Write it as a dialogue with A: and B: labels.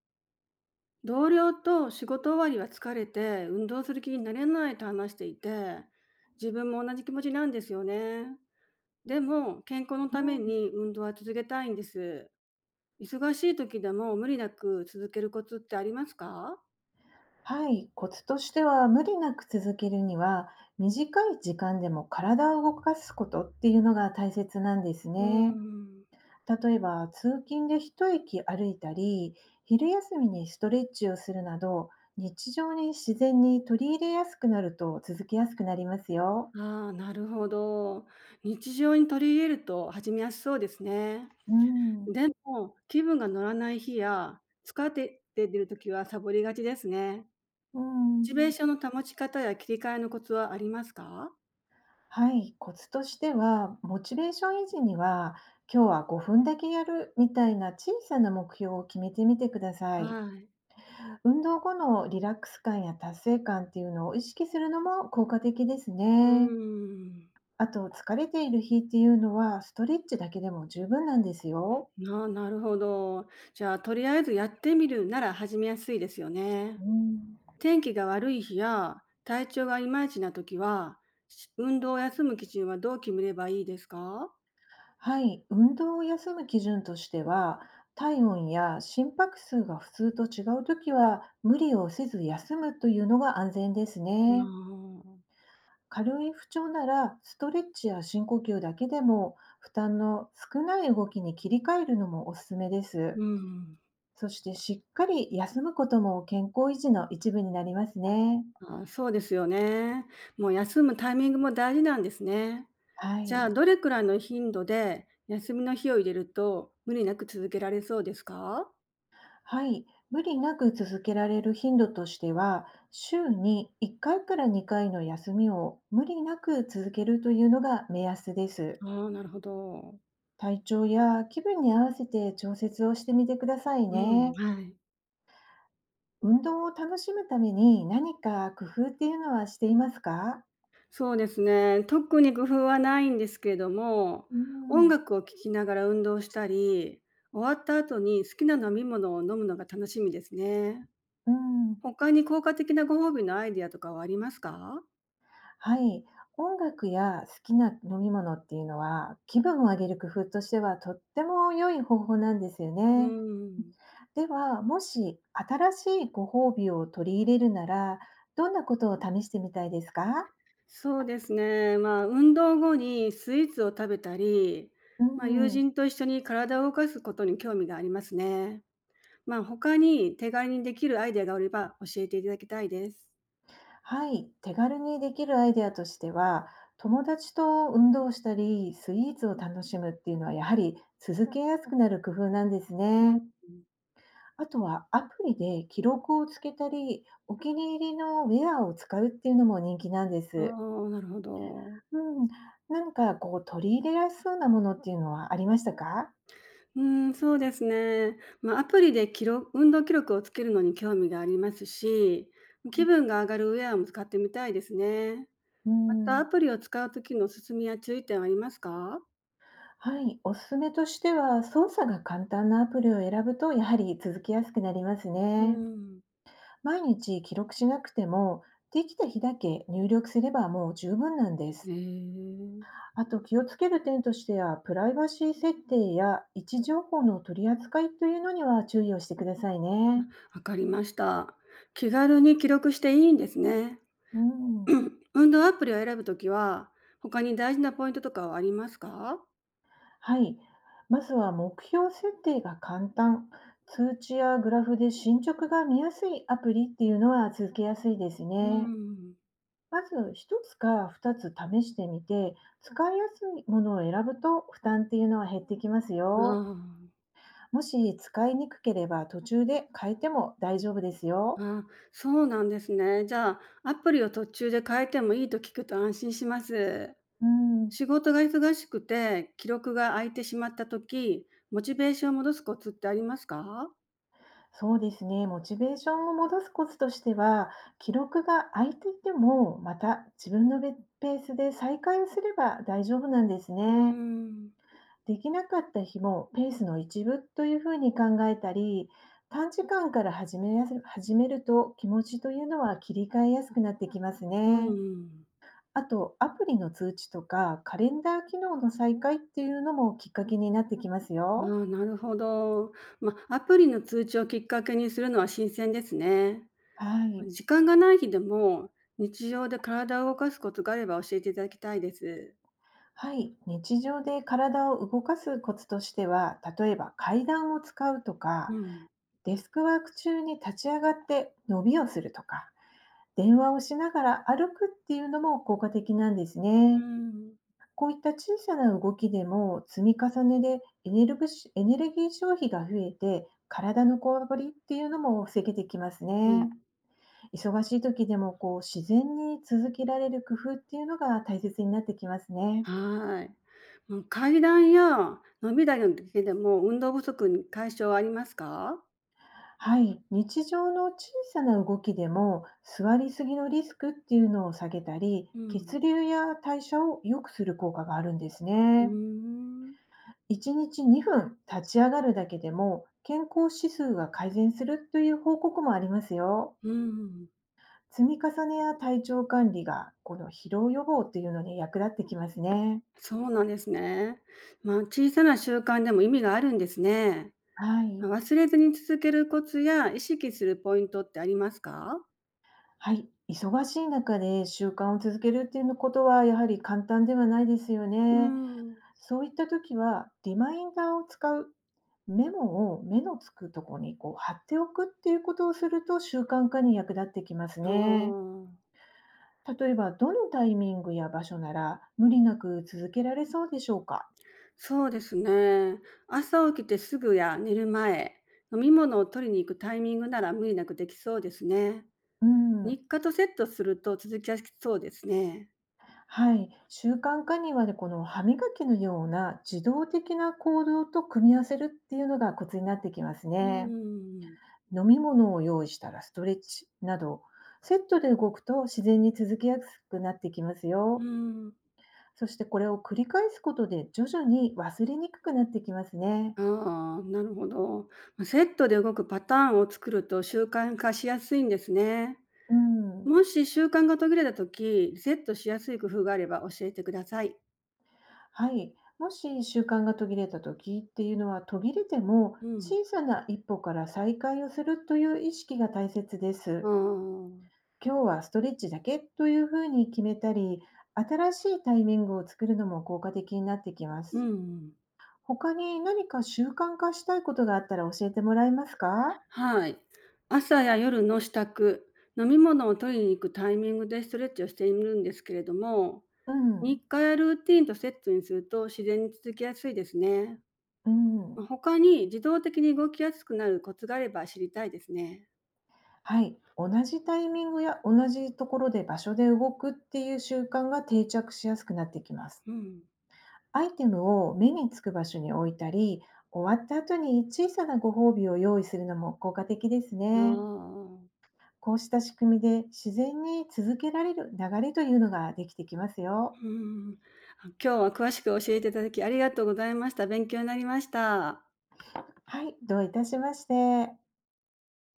A: 同僚と仕事終わりは疲れて運動する気になれないと話していて、自分も同じ気持ちなんですよね。でも健康のため
B: うん、
A: に運動は続けたいんです。忙しい時でも無理なく続けるコツってありますか？
B: はい、コツとしては無理なく続けるには短い時間でも体を動かすことっていうのが大切なんです
A: うー
B: ね。
A: ん。
B: 例えば通勤で一息歩いたり、昼休みにストレッチをするなど、日常に自然に取り入れやすくなると続けやすくなりますよ。
A: ああ、なるほど。日常に取り入れると始めやすそうですね。
B: うん、
A: でも気分が乗らない日や疲れて出る時はサボりがちですね。
B: う
A: チ
B: ん、
A: ベーションの保ち方や切り替えのコツはありますか？
B: はい、コツとしてはモチベーション維持には、今日は5分だけやるみたいな小さな目標を決めてみてください。
A: はい。
B: 運動後のリラックス感や達成感っていうのを意識するのも効果的です
A: うー
B: ね。
A: ん。
B: あと、疲れている日っていうのは、ストレッチだけでも十分なんですよ。
A: なるほど。じゃあ、とりあえずやってみるなら始めやすいですよね。
B: うん、
A: 天気が悪い日や体調がいまいちな時は、運動を休む基準はどう決めればいいですか？
B: はい、運動を休む基準としては、体温や心拍数が普通と違うときは、無理をせず休むというのが安全です
A: な
B: ね。
A: あ。
B: 軽い不調なら、ストレッチや深呼吸だけでも、負担の少ない動きに切り替えるのもおすすめです。
A: うん。
B: そしてしっかり休むことも健康維持の一部になりますね。
A: あ、そうですよね。もう休むタイミングも大事なんですね。
B: は
A: じゃあ、
B: い。
A: どれくらいの頻度で休みの日を入れると無理なく続けられそうですか？
B: はい。無理なく続けられる頻度としては、週に1回から2回の休みを無理なく続けるというのが目安です。
A: ああ、なるほど。
B: 体調や気分に合わせて調節をしてみてください
A: うん、
B: ね。
A: はい。
B: 運動を楽しむために何か工夫っていうのはしていますか？
A: そうですね、特に工夫はないんですけれども、
B: う
A: 音
B: ん。
A: 楽を聴きながら運動したり、終わった後に好きな飲み物を飲むのが楽しみですね。
B: うん。
A: 他に効果的なご褒美のアイディアとかはありますか？
B: はい、音楽や好きな飲み物っていうのは、気分を上げる工夫としてはとっても良い方法なんですよ
A: う
B: ね。
A: ん。
B: では、もし新しいご褒美を取り入れるなら、どんなことを試してみたいですか？
A: そうですね。まあ、運動後にスイーツを食べたり、
B: う
A: まあ、友
B: ん、
A: 人と一緒に体を動かすことに興味がありますね。まあ、他に手軽にできるアイデアがあれば教えていただきたいです。
B: はい、手軽にできるアイデアとしては、友達と運動したり、スイーツを楽しむっていうのはやはり続けやすくなる工夫なんです
A: うん。
B: ね。あとはアプリで記録をつけたり、お気に入りのウェアを使うっていうのも人気なんで
A: あ
B: す。
A: あ、なるほど。
B: うん、何かこう取り入れやすそうなものっていうのはありましたか？
A: うん、そうですね。まあ、アプリで運動記録をつけるのに興味がありますし、気分が上がるウェアも使ってみたいですね。
B: う
A: ま
B: ん、
A: た
B: う
A: ア
B: ん、
A: プリを使う時のおすすめや注意点はありますか？
B: はい、おすすめとしては、操作が簡単なアプリを選ぶとやはり続きやすくなります
A: う
B: ね。
A: ん。
B: 毎日記録しなくても、できた日だけ入力すればもう十分なんで
A: え
B: す。
A: え、
B: あと気をつける点としては、プライバシー設定や位置情報の取り扱いというのには注意をしてくださいね。
A: わかりました。気軽に記録していいんですね。
B: うん。
A: 運動アプリを選ぶときは、他に大事なポイントとかはありますか？
B: はい。まずは目標設定が簡単、通知やグラフで進捗が見やすいアプリっていうのは続けやすいです
A: う
B: ね。
A: ん。
B: まず1つか2つ試してみて、使いやすいものを選ぶと負担っていうのは減ってきます
A: あ
B: よ。
A: あ。
B: もし使いにくければ途中で変えても大丈夫ですよ。
A: あ、そうなんですね。じゃあ、アプリを途中で変えてもいいと聞くと安心します。
B: うん。
A: 仕事が忙しくて、記録が空いてしまった時、モチベーションを戻すコツってありますか？
B: そうですね。モチベーションを戻すコツとしては、記録が空いていても、また自分のベペースで再開をすれば大丈夫なんです
A: うー
B: ね。
A: ん。
B: できなかった日もペースの一部というふうに考えたり、短時間から始めると気持ちというのは切り替えやすくなってきます
A: う
B: ね。
A: ん。
B: あと、アプリの通知とかカレンダー機能の再開っていうのもきっかけになってきます
A: あ
B: よ。
A: あ、なるほど。まあ、アプリの通知をきっかけにするのは新鮮ですね。
B: はい。
A: 時間がない日でも、日常で体を動かすコツがあれば教えていただきたいです。
B: はい、日常で体を動かすコツとしては、例えば階段を使うと
A: う
B: か、
A: ん。
B: デスクワーク中に立ち上がって伸びをするとか、電話をしながら歩くっていうのも効果的なんです
A: う
B: ね。
A: ん。
B: こういった小さな動きでも積み重ねでエネルギー消費が増えて、体のこわばりっていうのも防げてきます
A: うん。
B: ね。忙しい時でもこう自然に続けられる工夫っていうのが大切になってきますね。
A: はい。もう階段や飲み台の時でも運動不足に解消はありますか？
B: はい、日常の小さな動きでも座りすぎのリスクっていうのを下げたり、
A: うん。
B: 血流や代謝を良くする効果があるんです
A: うー
B: ね。
A: ん。
B: 1日2分立ち上がるだけでも健康指数が改善するという報告もありますよ。
A: うん。
B: 積み重ねや体調管理がこの疲労予防というのに役立ってきますね。
A: そうなんですね。まあ、小さな習慣でも意味があるんですね。
B: は
A: ま、
B: い、
A: 忘れずに続けるコツや意識するポイントってありますか？
B: はい、忙しい中で習慣を続けるっていうことはやはり簡単ではないですよ
A: うー
B: ね。
A: ん。
B: そういった時は、リマインダーを使う、メモを目のつくところにこう貼っておくっていうことをすると習慣化に役立ってきます
A: あ
B: ね。
A: あ。
B: 例えば、どのタイミングや場所なら無理なく続けられそうでしょうか？
A: そうですね。朝起きてすぐや寝る前、飲み物を取りに行くタイミングなら無理なくできそうですね。
B: うん。
A: 日課とセットすると続きやすそうですね。
B: はい。習慣化にはね、この歯磨きのような自動的な行動と組み合わせるっていうのがコツになってきます
A: うー
B: ね。
A: ん。
B: 飲み物を用意したらストレッチなど、セットで動くと自然に続けやすくなってきます
A: うー
B: よ。
A: ん。
B: そしてこれを繰り返すことで徐々に忘れにくくなってきますね。
A: ああ、なるほど。まセットで動くパターンを作ると習慣化しやすいんですね。
B: うん。
A: もし習慣が途切れたときリセットしやすい工夫があれば教えてください。
B: はい。もし習慣が途切れた時っていうのは、途切れても
A: うん。
B: 小さな一歩から再開をするという意識が大切で
A: ああ、う
B: す。
A: ん
B: 今日はストレッチだけというふうに決めたり、新しいタイミングを作るのも効果的になってきま
A: う
B: す。
A: ん。
B: 他に何か習慣化したいことがあったら教えてもらえますか？
A: はい。朝や夜の支度、飲み物を取りに行くタイミングでストレッチをしているんですけれども、
B: う
A: 日
B: ん。
A: 課やルーティンとセットにすると自然に続きやすいですね。
B: う
A: ま
B: ん。
A: あ、他に自動的に動きやすくなるコツがあれば知りたいですね。
B: はい、同じタイミングや同じところで場所で動くっていう習慣が定着しやすくなってきます。
A: うん。
B: アイテムを目につく場所に置いたり、終わった後に小さなご褒美を用意するのも効果的です
A: あ
B: ね。
A: あ。
B: こうした仕組みで自然に続けられる流れというのができてきますよ。
A: うんうん。あ、今日は詳しく教えていただきありがとうございました。勉強になりました。
B: はい、どういたしまして。